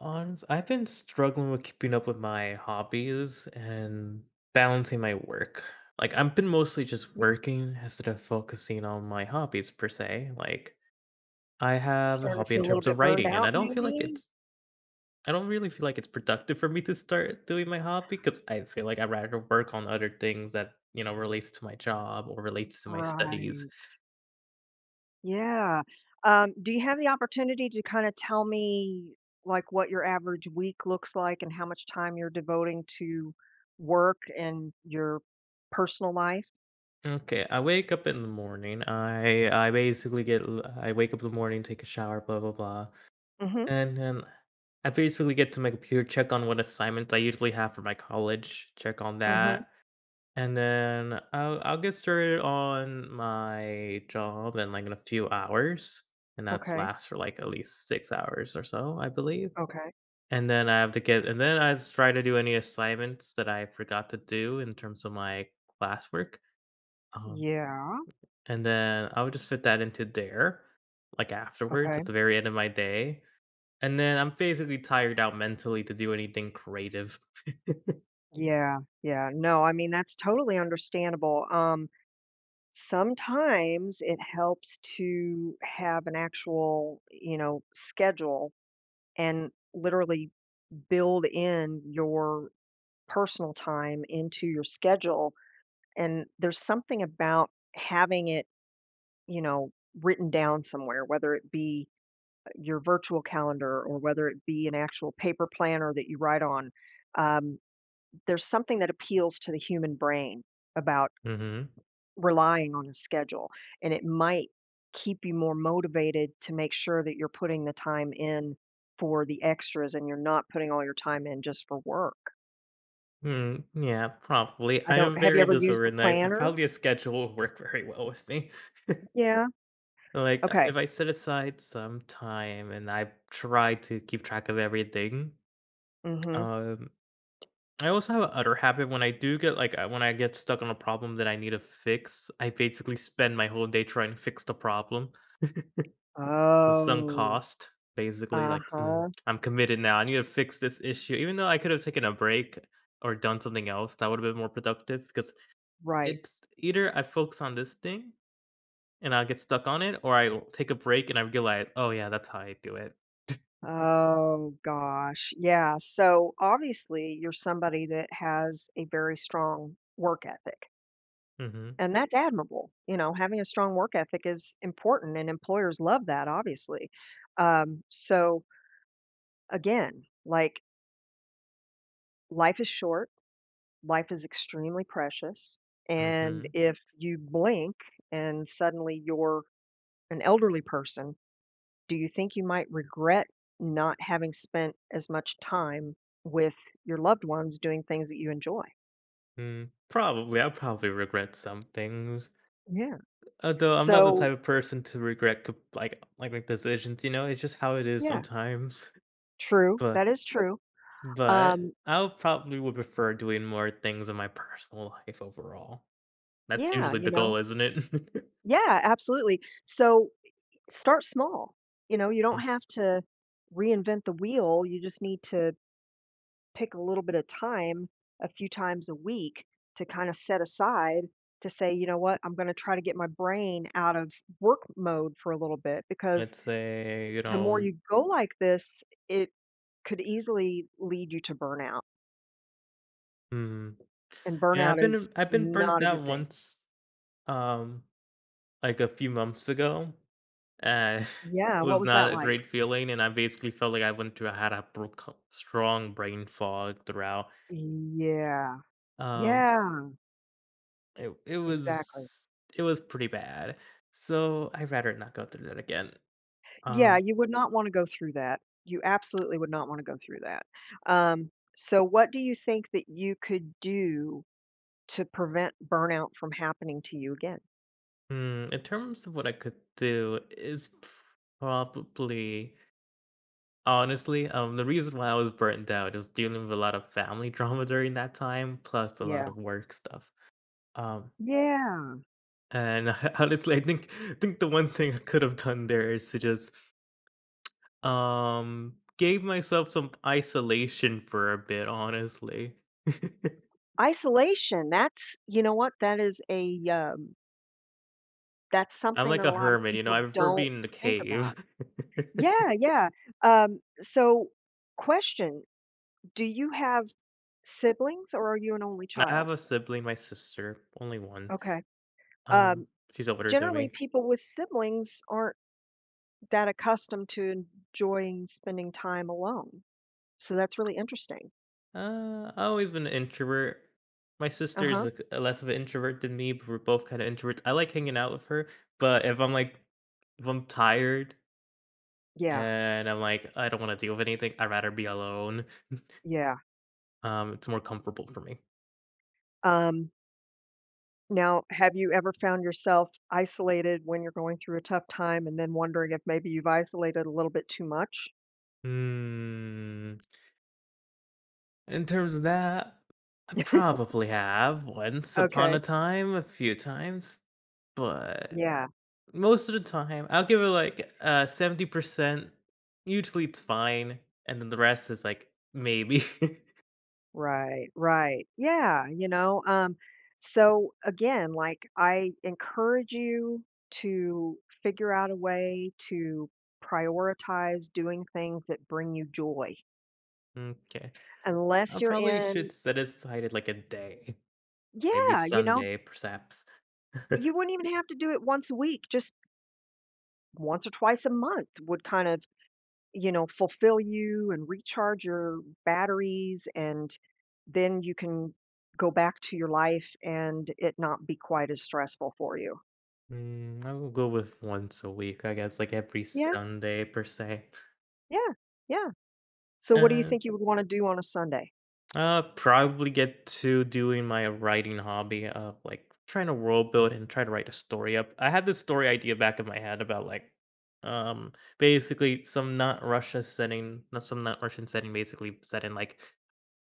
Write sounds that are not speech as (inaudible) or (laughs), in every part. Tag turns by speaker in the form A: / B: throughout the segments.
A: Honest, I've been struggling with keeping up with my hobbies and balancing my work. I've been mostly just
B: Yeah,
A: working instead of focusing on my hobbies per se. Like I have a
B: starting to
A: hobby in
B: feel a little
A: terms
B: bit
A: of
B: burned
A: writing, and
B: out maybe?
A: I don't really feel like it's productive for me to start doing my hobby because I feel like I'd rather work on other things that relates to my job or relates to my studies.
B: Right. Yeah. Do you have the opportunity to kinda tell me, like, what your average week looks like and how much time you're devoting to work and your personal life?
A: Okay, I wake up in the morning. I basically I wake up in the morning, take a shower, blah blah blah.
B: Mhm,
A: And then I basically get to my computer, check on what assignments I usually have for my college, check on
B: mhm.
A: that. And then I'll get started on my job in in a few hours. And that's
B: Okay,
A: lasts for like at least six hours or so, I believe.
B: okay.
A: And then I have to get, and then I just try to do any assignments that I forgot to do in terms of my classwork. Um,
B: Yeah,
A: and then I would just fit that into there, like afterwards
B: okay.
A: at the very end of my day, and then I'm basically tired out mentally to do anything creative.
B: Yeah, yeah. No, I mean, that's totally understandable. Sometimes it helps to have an actual, you know, schedule and literally build in your personal time into your schedule. And there's something about having it, you know, written down somewhere, whether it be your virtual calendar or whether it be an actual paper planner that you write on. Um, there's something that appeals to the human brain about
A: Mhm.
B: relying on a schedule, and it might keep you more motivated to make sure that you're putting the time in for the extras and you're not putting all your time in just for work.
A: Mm, yeah, probably.
B: I
A: I
B: don't
A: am
B: Have you
A: very
B: ever used a
A: disorganized, so
B: planner?
A: probably a schedule will work very well with me.
B: Yeah?
A: Like,
B: Okay.
A: if I set aside some time and I try to keep track of everything,
B: Mhm.
A: um, I also have another habit when I do get like when I get stuck on a problem that I need to fix, I basically spend my whole day trying to fix the problem. With some
B: Oh,
A: cost, basically, like, "Hmm,
B: uh-huh,
A: I'm committed now. I need to fix this issue." Even though I could have taken a break or done something else that would have been more productive because
B: right.
A: it's either I focus on this thing and I'll get stuck on it, or I will take a break and I realize, "Oh, yeah, that's how I do it."
B: Oh gosh, yeah, so obviously you're somebody that has a very strong work ethic.
A: Mhm.
B: And that's admirable, you know, having a strong work ethic is important, and employers love that, obviously. So again, like, life is short, life is extremely precious, and
A: Mhm.
B: if you blink and suddenly you're an elderly person, do you think you might regret not having spent as much time with your loved ones doing things that you enjoy?
A: Mm. Probably, I'll probably regret some things,
B: Yeah.
A: although I'm not the
B: So
A: type of person to regret, make decisions, you know? It's just how it is
B: yeah,
A: sometimes, (laughs)
B: true,
A: but
B: that is true.
A: But
B: Um,
A: I'll probably would prefer doing more things in my personal life overall. That's
B: yeah,
A: usually
B: you
A: the
B: know.
A: goal, isn't it? (laughs)
B: Yeah, absolutely. So start small. You know, you don't
A: Mm,
B: have to reinvent the wheel. You just need to pick a little bit of time a few times a week to kind of set aside to say, you know what, I'm going to try to get my brain out of work mode for a little bit because
A: let's say, you
B: the more
A: know,
B: you go like this, it could easily lead you to burnout.
A: hmm,
B: And
A: yeah,
B: burnout is
A: I've been
B: not
A: burnt
B: a
A: out
B: good thing.
A: once, um, like a few months ago. Uh, (laughs)
B: Yeah.
A: it
B: What
A: was
B: was that
A: not a
B: like?
A: great feeling, and I basically felt like I went through I had a strong brain fog throughout.
B: Yeah.
A: Um,
B: Yeah.
A: it
B: Exactly.
A: it was pretty bad. So I'd rather not go through that again.
B: Yeah,
A: Um,
B: you would not wanna go through that. You absolutely would not wanna go through that. Um, so what do you think that you could do to prevent burnout from happening to you again?
A: Hmm, in terms of what I could do is probably honestly, the reason why I was burnt out was dealing with a lot of family (laughs) drama during that time, plus a
B: Yeah.
A: lot of work stuff. Um,
B: Yeah.
A: and (laughs) honestly, I think the one thing I could have done there is to just gave myself some isolation for a bit. Honestly, (laughs)
B: Isolation, that's you know what? That is a, that's
A: I'm
B: something
A: like
B: that a
A: a
B: lot of
A: hermit, you know.
B: people
A: I prefer
B: don't
A: being in the
B: think about.
A: cave.
B: Yeah, yeah. So question, do you have siblings or are you an only
A: (laughs) I have
B: child?
A: a sibling, my sister, only one.
B: Okay.
A: Um,
B: Um,
A: she's older than
B: generally,
A: me.
B: people with siblings aren't that accustomed to enjoying spending time alone. So that's really interesting.
A: I've always been an introvert. My sister
B: Uh-huh.
A: is like a less of an introvert than me, but we're both kind of introverts. I like hanging out with her, but if I'm tired
B: Yeah.
A: and I'm like, I don't want to deal with anything, I'd rather be alone.
B: Yeah.
A: It's more comfortable for me.
B: Um, now, have you ever found yourself isolated when you're going through a tough time and then wondering if maybe you've isolated a little bit too much?
A: Hmm. In terms of that, I
B: (laughs)
A: probably have once upon
B: Okay.
A: a time, a few times, but
B: Yeah.
A: most of the time, I'll give it like 70%. Usually it's fine, and then the rest is like maybe. (laughs)
B: Right. Right. Yeah. So again, like I encourage you to figure out a way to prioritize doing things that bring you joy.
A: Okay. I
B: Unless you're
A: probably
B: in,
A: should set aside it like a day, maybe
B: yeah, you know,
A: Sunday, perhaps. (laughs)
B: you wouldn't even have to do it once a week, just once or twice a month would kind of, you know, fulfill you and recharge your batteries, and then you can go back to your life and it not be quite as stressful for you.
A: Mm, I will go with once a week, I guess, like every
B: Yeah,
A: Sunday per se.
B: yeah, yeah. So what do you
A: Uh,
B: think you would wanna do on a Sunday?
A: Probably get to doing my writing hobby of like trying to world build and try to write a story up. I had this story idea back in my head about like, um, basically some not Russia setting, not some not Russian setting, basically set in like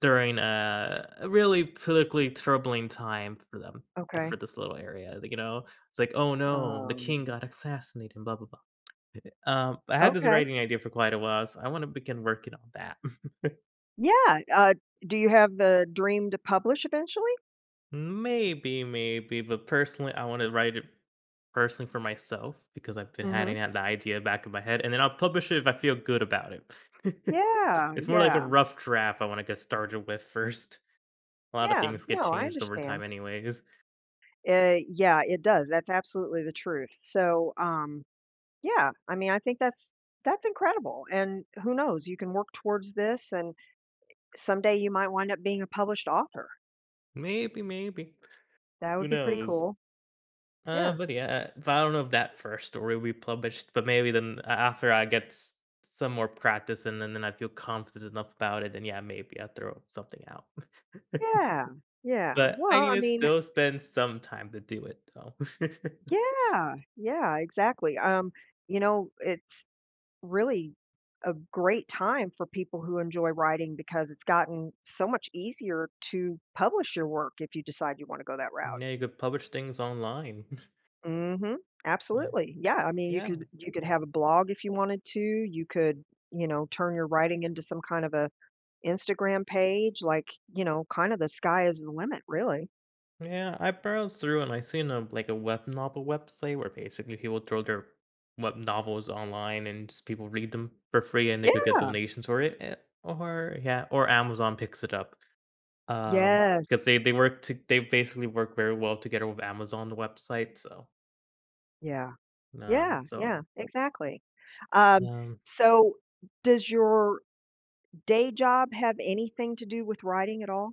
A: during a really politically troubling time for them and for
B: Okay,
A: this little area. You know, it's like, oh no, the
B: um,
A: king got assassinated, and blah blah blah. I had this
B: okay.
A: writing idea for quite a while, so I want to begin working on that. (laughs)
B: Yeah, do you have the dream to publish eventually?
A: Maybe, maybe, but personally, I wanna write it personally for myself because I've been
B: Mhm.
A: having that the idea back in my head, and then I'll publish it if I feel good about it. (laughs)
B: Yeah,
A: It's more like a
B: yeah.
A: rough draft I wanna get started with first. A lot of
B: Yeah,
A: things get
B: no, I
A: changed over time
B: understand.
A: anyways.
B: Yeah, it does. That's absolutely the truth. So yeah, I mean, I think that's incredible. And who knows, you can work towards this, and someday you might wind up being a published author.
A: Maybe, maybe.
B: That
A: Who
B: would be pretty
A: knows?
B: cool. Yeah,
A: But yeah, but I don't know if that first story will be published, but maybe then a after I get s some more practice and then I feel confident enough about it, then yeah, maybe I'll throw something out. (laughs)
B: yeah, yeah.
A: But I
B: Well,
A: need
B: I
A: to
B: mean,
A: still spend some time to do it, though. (laughs)
B: yeah, yeah, exactly. You know, it's really a great time for people who enjoy writing because it's gotten so much easier to publish your work if you decide you want to go that route.
A: Now you could publish things online. (laughs)
B: Mhm.
A: Like,
B: Absolutely. Yeah, I mean, you
A: yeah,
B: could have a blog if you wanted to. You could, you know, turn your writing into some kind of a Instagram page, like, you know, kind of the sky is the limit, really.
A: yeah, I browsed through and I seen a like a web novel website where basically people throw their web novels online and just people read them for free and they
B: Yeah.
A: could get donations for it. Or yeah, or Amazon picks it up. Um, because
B: Yes.
A: they basically work very well together with Amazon the website.
B: Yeah.
A: Um,
B: Yeah,
A: so
B: yeah, exactly. Um,
A: um,
B: so does your day job have anything to do with writing at all?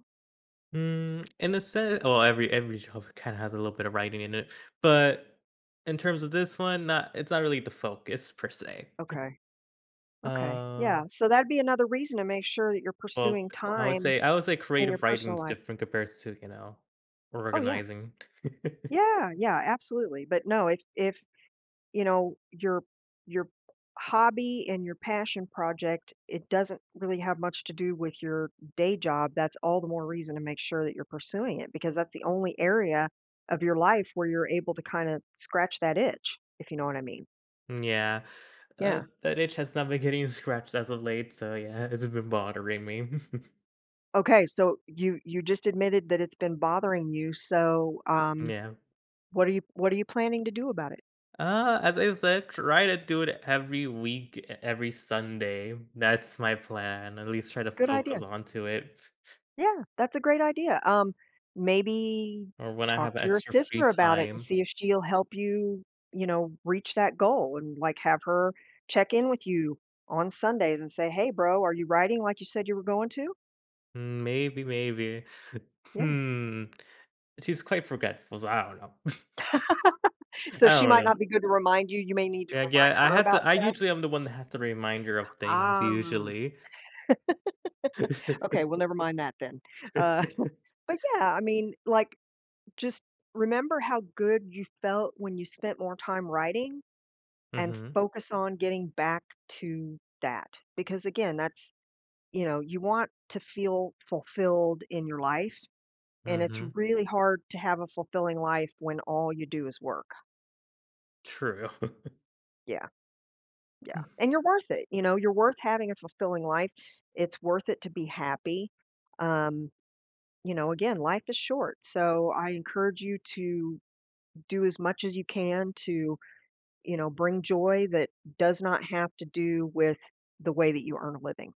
A: Mm, in a sense, well, every job kind of has a little bit of writing in it, but in terms of this one, not it's not really the focus per se.
B: Okay. Okay. Yeah,
A: Um,
B: so that'd be another reason to make sure that you're
A: well,
B: pursuing
A: I would
B: time
A: say I would say
B: in your
A: creative writing
B: personal
A: is
B: life.
A: different compared to you know
B: Oh, yeah.
A: organizing.
B: Yeah, yeah, absolutely. But no, if, you know, your hobby and your passion project, it doesn't really have much to do with your day job, that's all the more reason to make sure that you're pursuing it because that's the only area of your life where you're able to kind of scratch that itch, if you know what I mean.
A: (laughs) Yeah,
B: Yeah.
A: that itch has not been getting (laughs) scratched as of late, so yeah, it's been bothering me.
B: Okay, so you just admitted that it's been bothering you, so um
A: (laughs) Yeah.
B: what are you what are you planning to do about it?
A: As I said, try to do it every week, every Sunday. That's my plan. At least try to
B: Good
A: focus
B: idea.
A: onto it.
B: Yeah, that's a great idea. Maybe
A: Or when I
B: talk
A: have
B: to your
A: extra
B: sister
A: free
B: about it and
A: time.
B: see if she'll help you, you know, reach that goal and like have her check in with you on Sundays and say, "Hey, bro, are you writing like you said you were going to?"
A: Mm, maybe, maybe.
B: Yeah. (laughs)
A: Hmm. She's quite forgetful, so I don't know. (laughs)
B: So
A: I
B: she
A: don't
B: might
A: know.
B: not be good to remind you. You may need to
A: Yeah,
B: remind
A: yeah. I
B: her
A: had to
B: about
A: I
B: stuff.
A: usually am the one that has to remind her of things,
B: Ah,
A: usually. (laughs) Mm-hmm.
B: okay. Well, never mind that then. Uh, (laughs) but yeah, I mean, like, just remember how good you felt when you spent more time writing. And focus on getting back to that, because again, that's, you know, you want to feel fulfilled in your life, and it's
A: Mm-hmm.
B: really hard to have a fulfilling life when all you do is work.
A: True. (laughs)
B: Yeah, yeah, and you're worth it, you know, you're worth having a fulfilling life. It's worth it to be happy. Um, you know, again, life is short, so I encourage you to do as much as you can to, you know, bring joy that does not have to do with the way that you earn a living.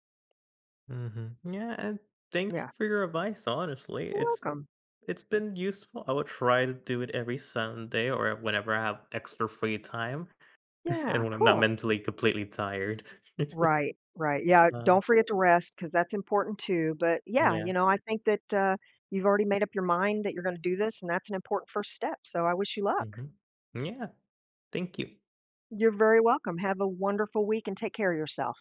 A: Mm-hmm. Yeah, and thank
B: Yeah.
A: you for your advice, honestly.
B: You're welcome.
A: It's been useful. I would try to do it every Sunday or whenever I have extra free time (laughs) and
B: Yeah,
A: when I'm not
B: cool.
A: mentally completely tired. (laughs)
B: Right, right. Yeah,
A: Um,
B: don't forget to rest because that's important too, but yeah, you
A: yeah.
B: know, I think that, you've already made up your mind that you're gonna do this, and that's an important first step, so I wish you luck.
A: Mhm. Yeah. Thank you.
B: You're very welcome. Have a wonderful week and take care of yourself.